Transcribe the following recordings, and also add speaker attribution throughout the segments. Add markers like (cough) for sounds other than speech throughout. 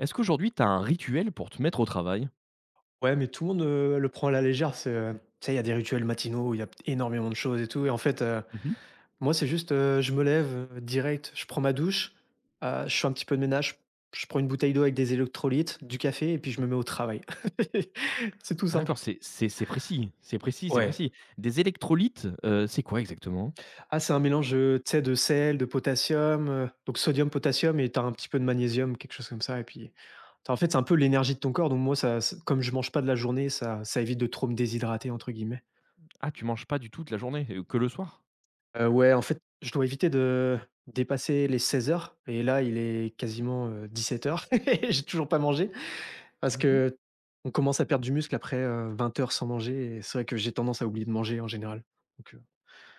Speaker 1: Est-ce qu'aujourd'hui, tu as un rituel pour te mettre au travail?
Speaker 2: Ouais, mais tout le monde, le prend à la légère. Il y a des rituels matinaux, il y a énormément de choses et tout et
Speaker 1: Mmh.
Speaker 2: moi, c'est juste, je me lève, direct, je prends ma douche, je fais un petit peu de ménage, je prends une bouteille d'eau avec des électrolytes, du café et puis je me mets au travail. (laughs) C'est tout
Speaker 1: Ah
Speaker 2: simple.
Speaker 1: d'accord, c'est précis, c'est précis, c'est
Speaker 2: Ouais.
Speaker 1: précis. Des électrolytes, c'est quoi exactement?
Speaker 2: Ah, c'est un mélange, de sel, de potassium, donc sodium, potassium et tu un petit peu de magnésium, quelque chose comme ça et puis, c'est un peu l'énergie de ton corps donc moi, ça ça comme je mange pas de la journée, ça ça évite de trop me «déshydrater» entre guillemets.
Speaker 1: Ah, tu manges pas du tout toute la journée, que le soir?
Speaker 2: Ouais, en fait, je dois éviter de dépasser les 16 heures et là, il est quasiment, 17:00 (laughs) et j'ai toujours pas mangé parce
Speaker 1: Mmh.
Speaker 2: que on commence à perdre du muscle après, 20 heures sans manger et c'est vrai que j'ai tendance à oublier de manger en général, donc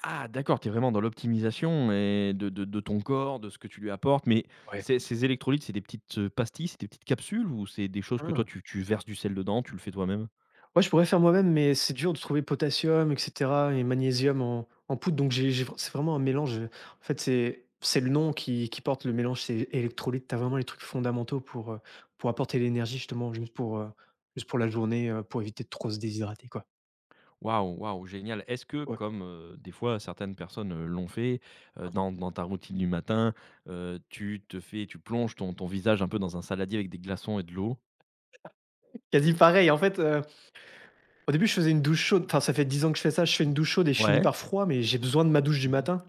Speaker 1: Ah d'accord, tu es vraiment dans l'optimisation et de ton corps, de ce que tu lui apportes, mais
Speaker 2: ouais.
Speaker 1: ces électrolytes, c'est des petites, pastilles, c'est des petites capsules ou c'est des choses que toi tu verses du sel dedans, tu le fais toi-même?
Speaker 2: Ouais, je pourrais faire moi-même, mais c'est dur de trouver potassium, et cetera et magnésium en poudre, donc j'ai c'est vraiment un mélange, en fait, c'est le nom qui porte le mélange, c'est électrolyte. Tu as vraiment les trucs fondamentaux pour apporter l'énergie justement juste pour la journée, pour éviter de trop se déshydrater, quoi.
Speaker 1: Waouh, waouh, génial. Est-ce que
Speaker 2: Ouais.
Speaker 1: comme, des fois certaines personnes, l'ont fait, dans ta routine du matin, tu te fais tu plonges ton visage un peu dans un saladier avec des glaçons et de l'eau?
Speaker 2: Quasi pareil, au début, je faisais une douche chaude, enfin, ça fait 10 ans que je fais ça, je fais une douche chaude et je finis
Speaker 1: Ouais.
Speaker 2: par froid, mais j'ai besoin de ma douche du
Speaker 1: Mmh.
Speaker 2: matin.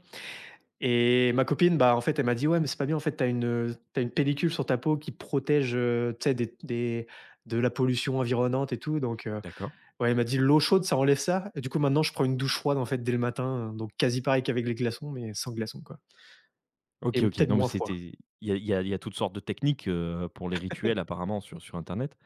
Speaker 2: Et ma copine, bah, en fait, elle m'a dit: «Ouais, mais c'est pas bien, en fait, t'as une, tu une pellicule sur ta peau qui protège, des de la pollution environnante et tout», donc
Speaker 1: D'accord.
Speaker 2: ouais, elle m'a dit: «L'eau chaude, ça enlève ça» et du coup, maintenant, je prends une douche froide, en fait, dès le matin, donc quasi pareil qu'avec les glaçons, mais sans glaçons, quoi
Speaker 1: OK,
Speaker 2: et
Speaker 1: OK.
Speaker 2: peut-être
Speaker 1: Non, mais
Speaker 2: moins froid.
Speaker 1: c'était il y a il y a il y a toutes sortes de techniques, pour les rituels apparemment sur internet.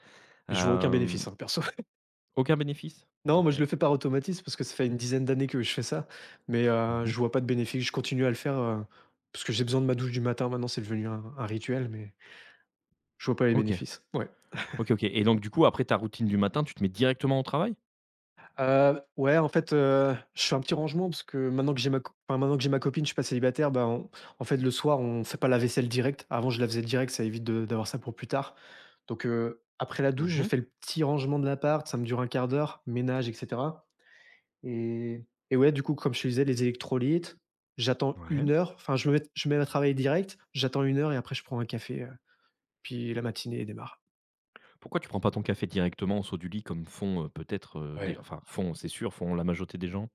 Speaker 2: Mais je vois aucun
Speaker 1: Hem,
Speaker 2: bénéfice, hein, perso. (laughs)
Speaker 1: Aucun bénéfice?
Speaker 2: Non, moi,
Speaker 1: OK.
Speaker 2: je le fais par automatisme parce que ça fait une dizaine d'années que je fais ça, mais
Speaker 1: Mmh.
Speaker 2: je vois pas de bénéfice. Je continue à le faire, parce que j'ai besoin de ma douche du matin, maintenant, c'est devenu un rituel, mais je vois pas les
Speaker 1: OK.
Speaker 2: bénéfices. Ouais.
Speaker 1: OK, OK et donc du coup après ta routine du matin, tu te mets directement au travail?
Speaker 2: Je fais un petit rangement parce que maintenant que j'ai ma copine, je suis pas célibataire, le soir, on fait pas la vaisselle direct. Avant, je la faisais direct, ça évite de d'avoir ça pour plus tard. Donc, après la douche, je
Speaker 1: Mmh.
Speaker 2: fais le petit rangement de l'appart, ça me dure un quart d'heure, ménage et cetera et ouais, du coup, comme je te disais, les électrolytes, j'attends une
Speaker 1: Ouais.
Speaker 2: heure, enfin, je me mets à travailler direct, j'attends une heure et après je prends un café, puis la matinée démarre.
Speaker 1: Pourquoi tu prends pas ton café directement au saut du lit comme font, peut-être, des
Speaker 2: Ouais.
Speaker 1: enfin font, c'est sûr, font la majorité des gens?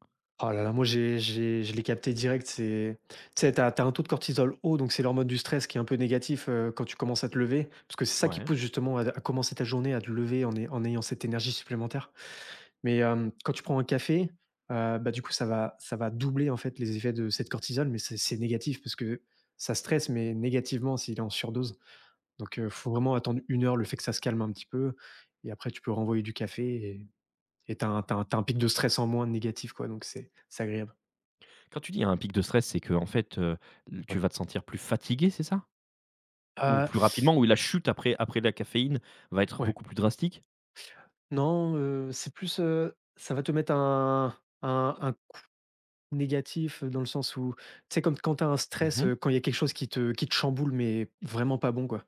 Speaker 2: Oh là là, moi j'ai je l'ai capté direct, c'est t'as as un taux de cortisol haut, donc c'est l'hormone du stress qui est un peu négatif, quand tu commences à te lever. Parce que c'est ça qui
Speaker 1: Ouais.
Speaker 2: pousse justement à commencer ta journée, à te lever en ayant cette énergie supplémentaire. Mais, quand tu prends un café, du coup ça va doubler en fait les effets de cette cortisol, mais c'est négatif parce que ça stresse, mais négativement s'il est en surdose. Donc, faut vraiment attendre une heure, le fait que ça se calme un petit peu et après tu peux renvoyer du café et tu un pic de stress en moins négatif quoi, donc c'est agréable.
Speaker 1: Quand tu dis un pic de stress, c'est que en fait, l tu
Speaker 2: Ouais.
Speaker 1: vas te sentir plus fatigué, c'est ça? Ou
Speaker 2: Heu,
Speaker 1: plus rapidement? Ou la chute après la caféine va être
Speaker 2: ouais.
Speaker 1: beaucoup plus drastique?
Speaker 2: Non, c'est plus, ça va te mettre un coup négatif, dans le sens où comme quand tu as un stress,
Speaker 1: Mmh.
Speaker 2: quand il y a quelque chose qui te chamboule, mais vraiment pas bon, quoi.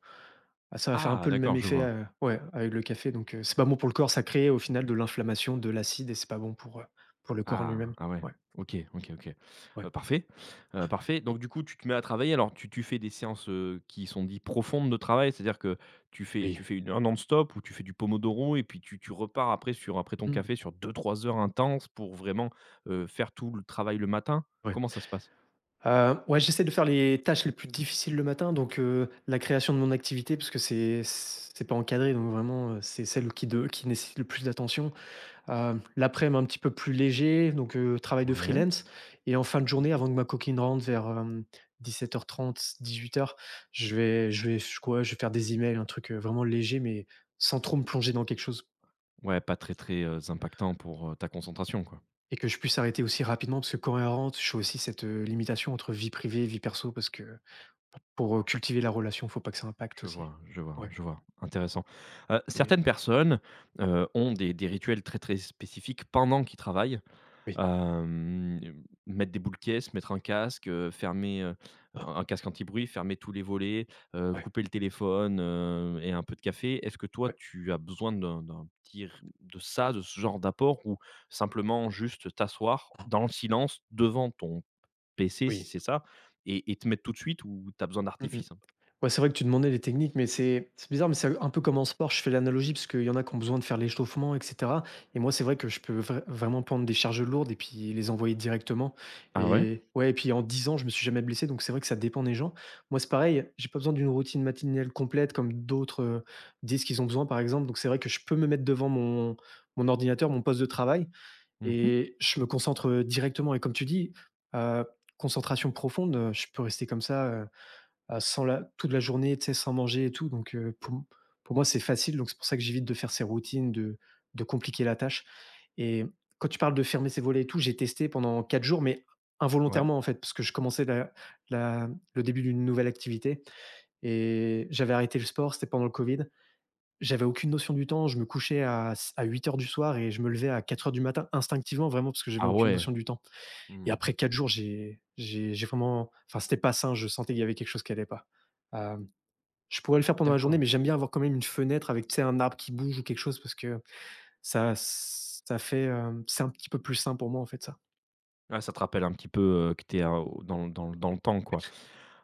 Speaker 2: Ah, ça va faire un
Speaker 1: Ah
Speaker 2: peu le même
Speaker 1: d'accord, je
Speaker 2: effet,
Speaker 1: vois.
Speaker 2: avec le café, donc c'est pas bon pour le corps, ça crée au final de l'inflammation, de l'acide et c'est pas bon pour le corps en
Speaker 1: Ah,
Speaker 2: lui-même.
Speaker 1: ah ouais.
Speaker 2: Ouais,
Speaker 1: OK, OK, OK.
Speaker 2: ouais.
Speaker 1: Parfait, parfait. Donc du coup, tu te mets à travailler. Alors tu fais des séances, qui sont dites profondes de travail, c'est-à-dire que tu fais
Speaker 2: Oui.
Speaker 1: tu fais 1 heure non-stop ou tu fais du pomodoro et puis tu repars après sur après ton
Speaker 2: Mmh.
Speaker 1: café sur deux trois heures intenses pour vraiment, faire tout le travail le matin?
Speaker 2: Ouais.
Speaker 1: Comment ça se passe?
Speaker 2: Ouais, j'essaie de faire les tâches les plus difficiles le matin, donc la création de mon activité parce que c'est pas encadré, donc vraiment, c'est celle qui nécessite le plus d'attention. L'après-midi un petit peu plus léger, donc travail de
Speaker 1: Ouais.
Speaker 2: freelance et en fin de journée
Speaker 1: Mmh.
Speaker 2: avant que ma coquine rentre vers, 17:30-18:00, je vais faire des emails, un truc, vraiment léger mais sans trop me
Speaker 1: S
Speaker 2: plonger dans quelque chose
Speaker 1: Ouais, pas très, très, impactant pour, ta concentration, quoi.
Speaker 2: et que je puisse arrêter aussi rapidement parce que quand elle rentre, je fais aussi cette, limitation entre vie privée et vie perso parce que pour, cultiver la relation, faut pas que ça impacte
Speaker 1: Je
Speaker 2: aussi.
Speaker 1: vois, je vois,
Speaker 2: Ouais,
Speaker 1: je vois. Intéressant.
Speaker 2: mais
Speaker 1: Certaines personnes, ont des rituels très, très spécifiques pendant qu'ils travaillent.
Speaker 2: oui.
Speaker 1: Mettre des boules caisses, mettre un casque, fermer,
Speaker 2: Ah,
Speaker 1: un casque anti-bruit, fermer tous les volets,
Speaker 2: ouais,
Speaker 1: couper le téléphone, et un peu de café. Est-ce que toi,
Speaker 2: ouais,
Speaker 1: tu as besoin d'un petit r de ça, de ce genre d'apport ou simplement juste t'asseoir
Speaker 2: ah,
Speaker 1: dans le silence devant ton PC, si
Speaker 2: oui.
Speaker 1: c'est ça et te mettre tout de suite ou tu as besoin
Speaker 2: Mmh mh.
Speaker 1: d'artifice un peu?
Speaker 2: Ouais, c'est vrai que tu demandais les techniques, mais c'est bizarre, mais c'est un peu comme en sport. Je fais l'analogie parce qu'il y en a qui ont besoin de faire l'échauffement et cetera et moi, c'est vrai que je peux vraiment prendre des charges lourdes et puis les envoyer directement
Speaker 1: Ah ouais?
Speaker 2: et ouais et puis en 10 ans, je me suis jamais blessé, donc c'est vrai que ça dépend des gens. Moi, c'est pareil, j'ai pas besoin d'une routine matinale complète comme d'autres, disent qu'ils ont besoin, par exemple, donc c'est vrai que je peux me mettre devant mon ordinateur, mon poste de travail
Speaker 1: Mmh.
Speaker 2: et je me concentre directement et comme tu dis, heu, concentration profonde, je peux rester comme ça, à sans la toute la journée, sans manger et tout donc pour moi, c'est facile donc c'est pour ça que j'évite de faire ces routines, de compliquer la tâche et quand tu parles de fermer ses volets et tout, j'ai testé pendant 4 jours mais
Speaker 1: Ouais.
Speaker 2: involontairement, en fait, parce que je commençais la la le début d'une nouvelle activité et j'avais arrêté le sport, c'était pendant le covid, j'avais aucune notion du temps. Je me couchais à, à 8 heures du soir et je me levais à 4 heures du matin instinctivement, vraiment, parce que j'avais
Speaker 1: Ah
Speaker 2: aucune
Speaker 1: ouais.
Speaker 2: notion du temps. Et
Speaker 1: Mmh.
Speaker 2: après 4 jours, j'ai vraiment. Enfin, c'était pas sain. Je sentais qu'il y avait quelque chose qui allait pas. Euh, je pourrais le faire pendant la journée,
Speaker 1: D'accord.
Speaker 2: mais j'aime bien avoir quand même une fenêtre avec, un arbre qui bouge ou quelque chose parce que ça fait c'est un petit peu plus sain pour moi, en fait, ça.
Speaker 1: Ah, ça te rappelle un petit peu, que tu es dans dans le temps, quoi.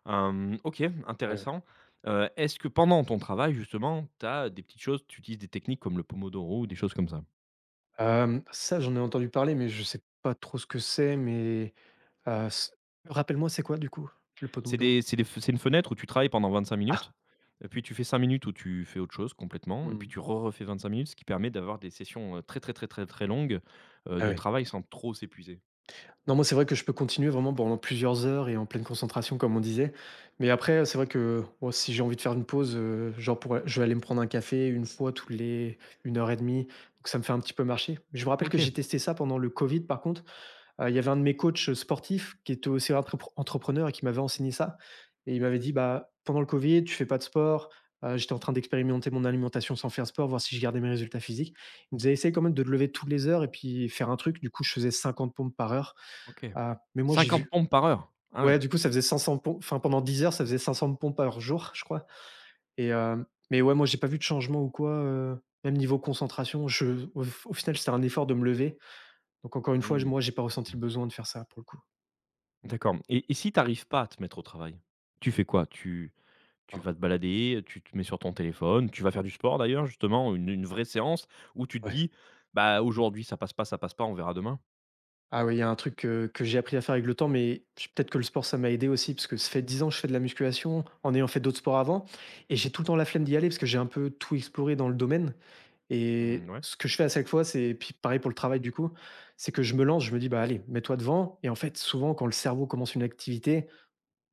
Speaker 1: OK,
Speaker 2: Ouais, ouais.
Speaker 1: intéressant. Est-ce que pendant ton travail justement, tu as des petites choses, tu utilises des techniques comme le pomodoro ou des choses comme ça?
Speaker 2: Ça, j'en ai entendu parler, mais je sais pas trop ce que c'est. Mais euh, s- rappelle-moi, c'est quoi, du coup, le pot de mouton.
Speaker 1: C'est des f c'est une fenêtre où tu travailles pendant 25 minutes,
Speaker 2: Ah.
Speaker 1: et puis tu fais 5 minutes où tu fais autre chose complètement, et puis
Speaker 2: Hmm.
Speaker 1: tu re refais 5 minutes, ce qui permet d'avoir des sessions, très, très, très, très, très longues,
Speaker 2: Ah
Speaker 1: de
Speaker 2: oui.
Speaker 1: travail sans trop s'épuiser.
Speaker 2: Non, moi, c'est vrai que je peux continuer vraiment pendant plusieurs heures et en pleine concentration, comme on disait. Mais après, c'est vrai que moi, si j'ai envie de faire une pause, je vais aller me prendre un café une fois tous les une heure et demie. Donc ça me fait un petit peu marcher. Je me rappelle que
Speaker 1: OK,
Speaker 2: j'ai testé ça pendant le Covid, par contre. Il y avait un de mes coachs sportifs qui était aussi entrepreneur et qui m'avait enseigné ça et il m'avait dit: «Bah, pendant le covid, tu fais pas de sport». J'étais en train d'expérimenter mon alimentation sans faire sport, voir si je gardais mes résultats physiques. Il me disait: «Essaye quand même de te lever toutes les heures et puis faire un truc». Du coup, je faisais 50 pompes par heure.
Speaker 1: OK.
Speaker 2: Mais moi, j'ai
Speaker 1: 50
Speaker 2: vu
Speaker 1: pompes par heure? Ah ouais.
Speaker 2: ouais, du coup, ça faisait 500 pompes enfin, pendant 10 heures, ça faisait 500 pompes par jour, je crois et mais ouais, moi, j'ai pas vu de changement ou quoi, même niveau concentration. Je au final, c'était un effort de me lever donc encore une fois, j
Speaker 1: Mmh.
Speaker 2: moi, j'ai pas ressenti le besoin de faire ça, pour le coup.
Speaker 1: D'accord, et si tu n'arrives pas à te mettre au travail, tu fais quoi? Tu vas te balader, tu te mets sur ton téléphone, tu vas faire du sport d'ailleurs justement, une vraie séance où tu te
Speaker 2: Ouais.
Speaker 1: dis: «Bah, aujourd'hui ça passe pas, on verra demain».
Speaker 2: Ah oui, il y a un truc que j'ai appris à faire avec le temps, mais j peut-être que le sport, ça m'a aidé aussi, parce que ça fait 10 ans que je fais de la musculation, en ayant fait d'autres sports avant et j'ai tout le temps la flemme d'y aller parce que j'ai un peu tout exploré dans le domaine
Speaker 1: Mmh,
Speaker 2: et
Speaker 1: ouais.
Speaker 2: ce que je fais à chaque fois, c'est puis pareil pour le travail du coup, c'est que je me lance, je me dis: «Bah, allez, mets-toi devant» et en fait, souvent, quand le cerveau commence une activité,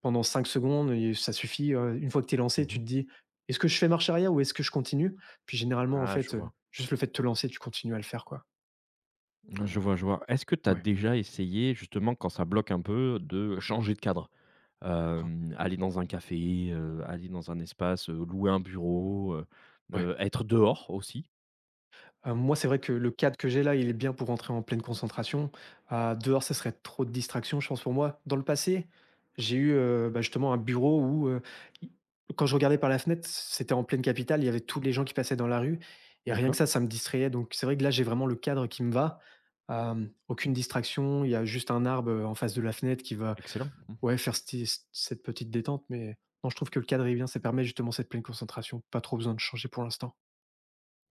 Speaker 2: pendant 5 secondes et ça suffit, une fois que tu es lancé, tu
Speaker 1: Mmh.
Speaker 2: te dis: «Est-ce que je fais marche arrière ou est-ce que je continue?» Puis généralement, en
Speaker 1: Ah je
Speaker 2: fait,
Speaker 1: vois.
Speaker 2: juste le fait de te lancer, tu continues à le faire, quoi.
Speaker 1: Mmh, je vois, je vois. Est-ce que tu as
Speaker 2: Ouais.
Speaker 1: déjà essayé justement quand ça bloque un peu de changer de cadre?
Speaker 2: Hein,
Speaker 1: Aller dans un café, aller dans un espace, louer un bureau,
Speaker 2: ouais.
Speaker 1: être dehors aussi?
Speaker 2: Moi, c'est vrai que le cadre que j'ai là, il est bien pour rentrer en pleine concentration. Dehors, ça serait trop de distractions, je pense, pour moi. Dans le passé, j'ai eu, bah, justement un bureau où, i quand je regardais par la fenêtre, c'était en pleine capitale, il y avait tous les gens qui passaient dans la rue et rien que
Speaker 1: D'accord,
Speaker 2: ça me distrayait. Donc c'est vrai que là, j'ai vraiment le cadre qui me va. Hem, aucune distraction, il y a juste un arbre, en face de la fenêtre qui va,
Speaker 1: excellent. Mmh.
Speaker 2: ouais, faire sti c cette petite détente, mais non, je trouve que le cadre est bien, ça permet justement cette pleine concentration. Pas trop besoin de changer pour l'instant.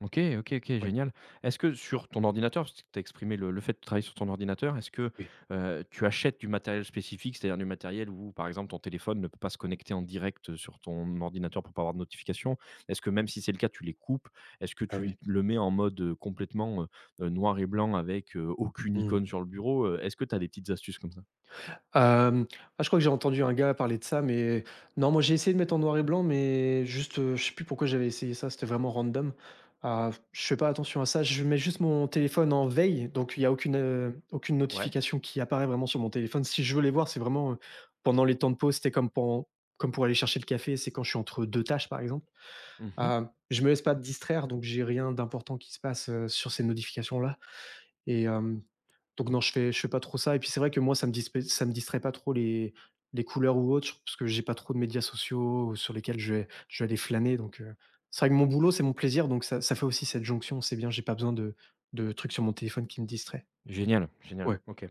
Speaker 1: OK, OK, OK,
Speaker 2: Ouais.
Speaker 1: génial. Est-ce que sur ton ordinateur, parce que tu as exprimé le fait de travailler sur ton ordinateur, est-ce que,
Speaker 2: Oui.
Speaker 1: tu achètes du matériel spécifique? C'est-à-dire du matériel où, par exemple, ton téléphone ne peut pas se connecter en direct, sur ton ordinateur pour pas avoir de notification? Est-ce que même si c'est le cas, tu les coupes? Est-ce que
Speaker 2: Ah
Speaker 1: tu
Speaker 2: oui.
Speaker 1: le mets en mode, complètement, noir et blanc avec, aucune
Speaker 2: Mmh.
Speaker 1: icône sur le bureau? Est-ce que tu as des petites astuces comme ça?
Speaker 2: Hem, ah je crois que j'ai entendu un gars parler de ça, mais non, moi j'ai essayé de mettre en noir et blanc, mais juste, je sais plus pourquoi j'avais essayé ça, c'était vraiment random. Ah, je fais pas attention à ça, je mets juste mon téléphone en veille, donc il y a aucune, aucune
Speaker 1: Ouais.
Speaker 2: notification qui apparaît vraiment sur mon téléphone. Si je veux les voir, c'est vraiment, pendant les temps de pause, c'était comme pour aller chercher le café, c'est quand je suis entre 2 tâches, par exemple.
Speaker 1: Mmh.
Speaker 2: Hem, je me laisse pas distraire, donc j'ai rien d'important qui se passe, sur ces notifications-là et hem donc non, je fais pas trop ça et puis c'est vrai que moi ça me distrait pas trop les couleurs ou autres parce que j'ai pas trop de médias sociaux sur lesquels je vais aller flâner donc c'est vrai que mon boulot, c'est mon plaisir donc ça ça fait aussi cette jonction, c'est bien, j'ai pas besoin de trucs sur mon téléphone qui me distraient.
Speaker 1: Génial, génial.
Speaker 2: Ouais,
Speaker 1: OK.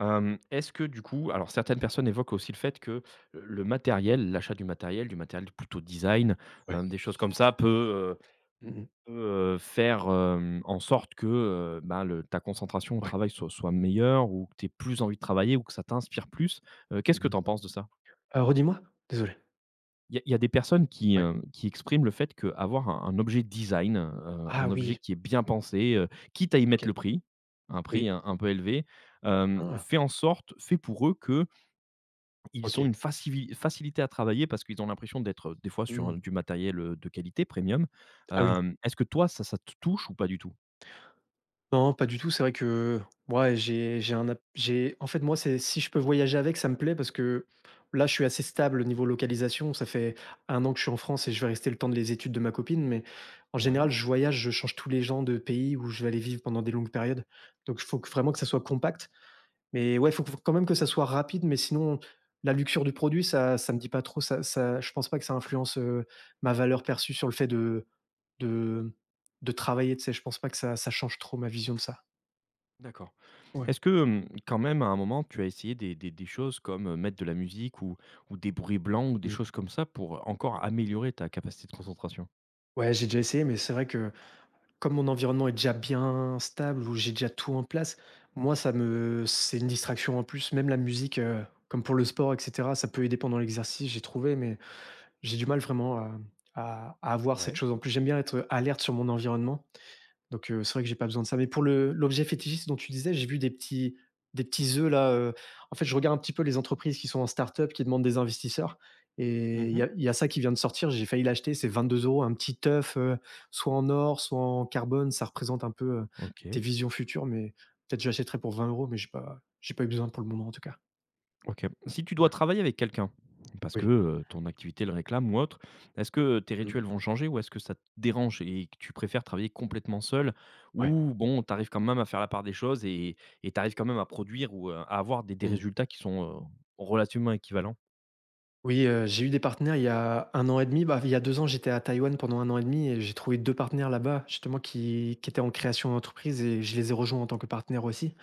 Speaker 1: Est-ce que du coup alors certaines personnes évoquent aussi le fait que, le matériel, l'achat du matériel plutôt design,
Speaker 2: ouais.
Speaker 1: des choses comme ça
Speaker 2: Mmh.
Speaker 1: peut, faire, en sorte que, bah, le ta concentration au
Speaker 2: Ouais.
Speaker 1: travail soit meilleure ou que tu aies plus envie de travailler ou que ça t'inspire plus. Qu'est-ce
Speaker 2: Mmh
Speaker 1: que
Speaker 2: mh.
Speaker 1: tu en penses de ça?
Speaker 2: Redis-moi? Désolé.
Speaker 1: Il y a des personnes qui,
Speaker 2: Ouais.
Speaker 1: heu, qui expriment le fait qu'avoir un objet design, un
Speaker 2: Ah
Speaker 1: objet
Speaker 2: oui,
Speaker 1: qui est bien pensé, quitte à y mettre
Speaker 2: OK.
Speaker 1: le prix, un
Speaker 2: Oui.
Speaker 1: prix un peu élevé,
Speaker 2: Ah!
Speaker 1: fait en sorte fait pour eux que, ils ont
Speaker 2: OK.
Speaker 1: une facivi facilité à travailler parce qu'ils ont l'impression d'être, des fois sur
Speaker 2: Mmh.
Speaker 1: un du matériel, de qualité premium.
Speaker 2: Ah oui.
Speaker 1: Est-ce que toi ça te touche ou pas du tout?
Speaker 2: Non, pas du tout. C'est vrai que ouais, j'ai un app j'ai en fait, moi, c'est si je peux voyager avec, ça me plaît parce que là, je suis assez stable au niveau localisation. Ça fait 1 an que je suis en France et je vais rester le temps de les études de ma copine, mais en
Speaker 1: Ouais,
Speaker 2: général, je voyage, je change tous les gens de pays où je vais aller vivre pendant des longues périodes. Donc, il faut que vraiment que ça soit compact. Mais ouais, il faut que quand même que ça soit rapide, mais sinon, la luxure du produit, ça ça me dit pas trop. Ça ça je pense pas que ça influence, ma valeur
Speaker 1: OK,
Speaker 2: perçue sur le fait de de travailler, tu sais? Je pense pas que ça ça change trop ma vision de ça.
Speaker 1: d'accord.
Speaker 2: Ouais.
Speaker 1: Est-ce que, quand même à un moment tu as essayé des choses comme, mettre de la musique ou des bruits blancs ou des
Speaker 2: Mmh.
Speaker 1: choses comme ça pour encore améliorer ta capacité de concentration?
Speaker 2: Ouais, j'ai déjà essayé, mais c'est vrai que comme mon environnement est déjà bien stable, où j'ai déjà tout en place, moi, ça me c'est une distraction en plus. Même la musique, comme pour le sport, et cetera, ça peut aider pendant l'exercice, j'ai trouvé, mais j'ai du mal vraiment à à avoir cette
Speaker 1: Ouais.
Speaker 2: chose en plus. J'aime bien être alerte sur mon environnement. Donc c'est vrai que j'ai pas besoin de ça. Mais pour le l'objet fétichiste dont tu disais, j'ai vu des petits œufs là, en fait, je regarde un petit peu les entreprises qui sont en start-up, qui demandent des investisseurs et il y
Speaker 1: Mmh.
Speaker 2: a il y a ça qui vient de sortir, j'ai failli l'acheter, c'est 22 euros, un petit œuf, soit en or, soit en carbone, ça représente un peu, tes
Speaker 1: OK.
Speaker 2: visions futures, mais peut-être je l'achèterai pour 20 euros. Mais j'ai pas eu besoin pour le moment en tout cas.
Speaker 1: OK. Si tu dois travailler avec quelqu'un, parce que,
Speaker 2: Oui.
Speaker 1: ton activité le réclame ou autre, est-ce que tes
Speaker 2: Mmh.
Speaker 1: rituels vont changer ou est-ce que ça te dérange et que tu préfères travailler complètement seul?
Speaker 2: Ouais.
Speaker 1: Ou bon, tu arrives quand même à faire la part des choses et tu arrives quand même à produire ou, à avoir des
Speaker 2: Mmh.
Speaker 1: résultats qui sont, relativement équivalents?
Speaker 2: Oui, j'ai eu des partenaires il y a 1 an et demi, bah, il y a 2 ans, j'étais à Taïwan pendant 1 an et demi et j'ai trouvé 2 partenaires là-bas justement qui étaient en création d'entreprise et je les ai rejoints en tant que partenaire aussi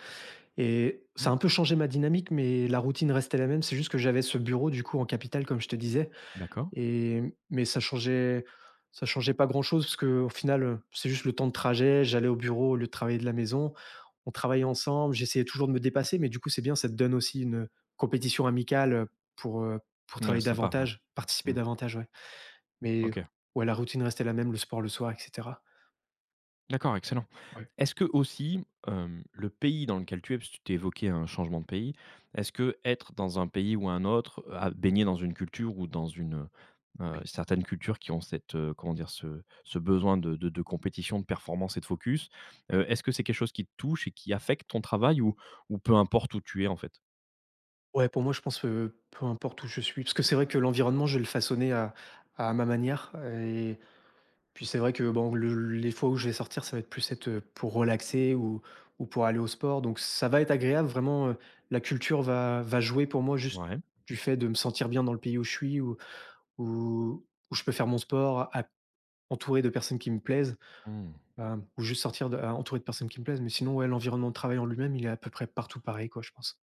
Speaker 2: et ça
Speaker 1: Mmh.
Speaker 2: a un peu changé ma dynamique mais la routine restait la même. C'est juste que j'avais ce bureau du coup en capitale comme je te disais
Speaker 1: D'accord.
Speaker 2: et mais ça changeait pas grand-chose parce qu'au final, c'est juste le temps de trajet. J'allais au bureau au lieu de travailler de la maison. On travaillait ensemble, j'essayais toujours de me dépasser, mais du coup, c'est bien, ça te donne aussi une compétition amicale, pour, heu, pour
Speaker 1: Ouais, c'est
Speaker 2: travailler
Speaker 1: sympa, ouais.
Speaker 2: davantage, participer
Speaker 1: Mmh.
Speaker 2: davantage, ouais. Mais
Speaker 1: OK.
Speaker 2: ouais, la routine restait la même, le sport le soir et cetera.
Speaker 1: D'accord, excellent.
Speaker 2: Ouais,
Speaker 1: Est-ce que aussi, le pays dans lequel tu es, parce que tu évoquais un changement de pays, est-ce que être dans un pays ou un autre, à baigner dans une culture ou
Speaker 2: oui,
Speaker 1: certaines cultures qui ont cette, comment dire? Ce besoin de compétition, de performance et de focus,
Speaker 2: ouais.
Speaker 1: est-ce que c'est quelque chose qui te touche et qui affecte ton travail ou peu importe où tu es en fait?
Speaker 2: Ouais, pour moi, je pense, peu importe où je suis, parce que c'est vrai que l'environnement, je vais le façonner à ma manière. Puis c'est vrai que bon, le les fois où je vais sortir, ça va être plus être, pour relaxer ou pour aller au sport, donc ça va être agréable vraiment, la culture va jouer pour moi juste
Speaker 1: Ouais.
Speaker 2: du fait de me sentir bien dans le pays où je suis, où où où je peux faire mon sport, a entouré de personnes qui me plaisent,
Speaker 1: Mmh.
Speaker 2: hem, ou juste sortir de a entouré de personnes qui me plaisent, mais sinon ouais, l'environnement de travail en lui-même, il est à peu près partout pareil quoi, je pense.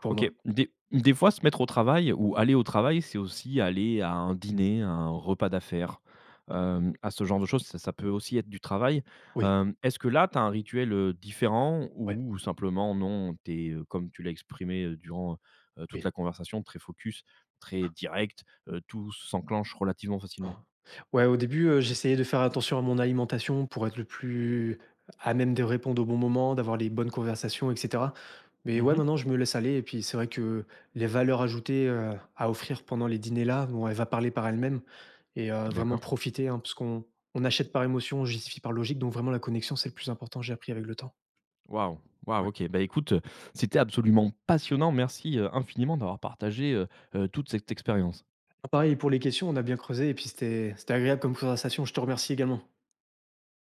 Speaker 2: Pour
Speaker 1: OK.
Speaker 2: moi.
Speaker 1: Des fois, se mettre au travail ou aller au travail, c'est aussi aller à un dîner, à un repas d'affaires, à ce genre de choses. Ça peut aussi être du travail.
Speaker 2: Oui,
Speaker 1: Est-ce que là, tu as un rituel, différent
Speaker 2: ouais,
Speaker 1: ou simplement non, tu es, comme tu l'as exprimé, durant, toute la
Speaker 2: oui.
Speaker 1: conversation, très focus, très direct, tout s'enclenche relativement facilement?
Speaker 2: Ah. Ouais, au début, j'essayais de faire attention à mon alimentation pour être le plus à même de répondre au bon moment, d'avoir les bonnes conversations et cetera. Mais ouais,
Speaker 1: Mmh.
Speaker 2: maintenant, je me laisse aller et puis c'est vrai que les valeurs ajoutées, à offrir pendant les dîners-là, bon, elle va parler par elle-même et vraiment
Speaker 1: D'accord.
Speaker 2: profiter, hein, parce qu'on achète par émotion, on justifie par logique, donc vraiment la connexion, c'est le plus important, j'ai appris avec le temps.
Speaker 1: Waouh! Waouh,
Speaker 2: Ouais.
Speaker 1: OK. Bah, écoute, c'était absolument passionnant. Merci, infiniment d'avoir partagé, toute cette expérience.
Speaker 2: Pareil pour les questions, on a bien creusé et puis c'était agréable comme conversation. Je te remercie également.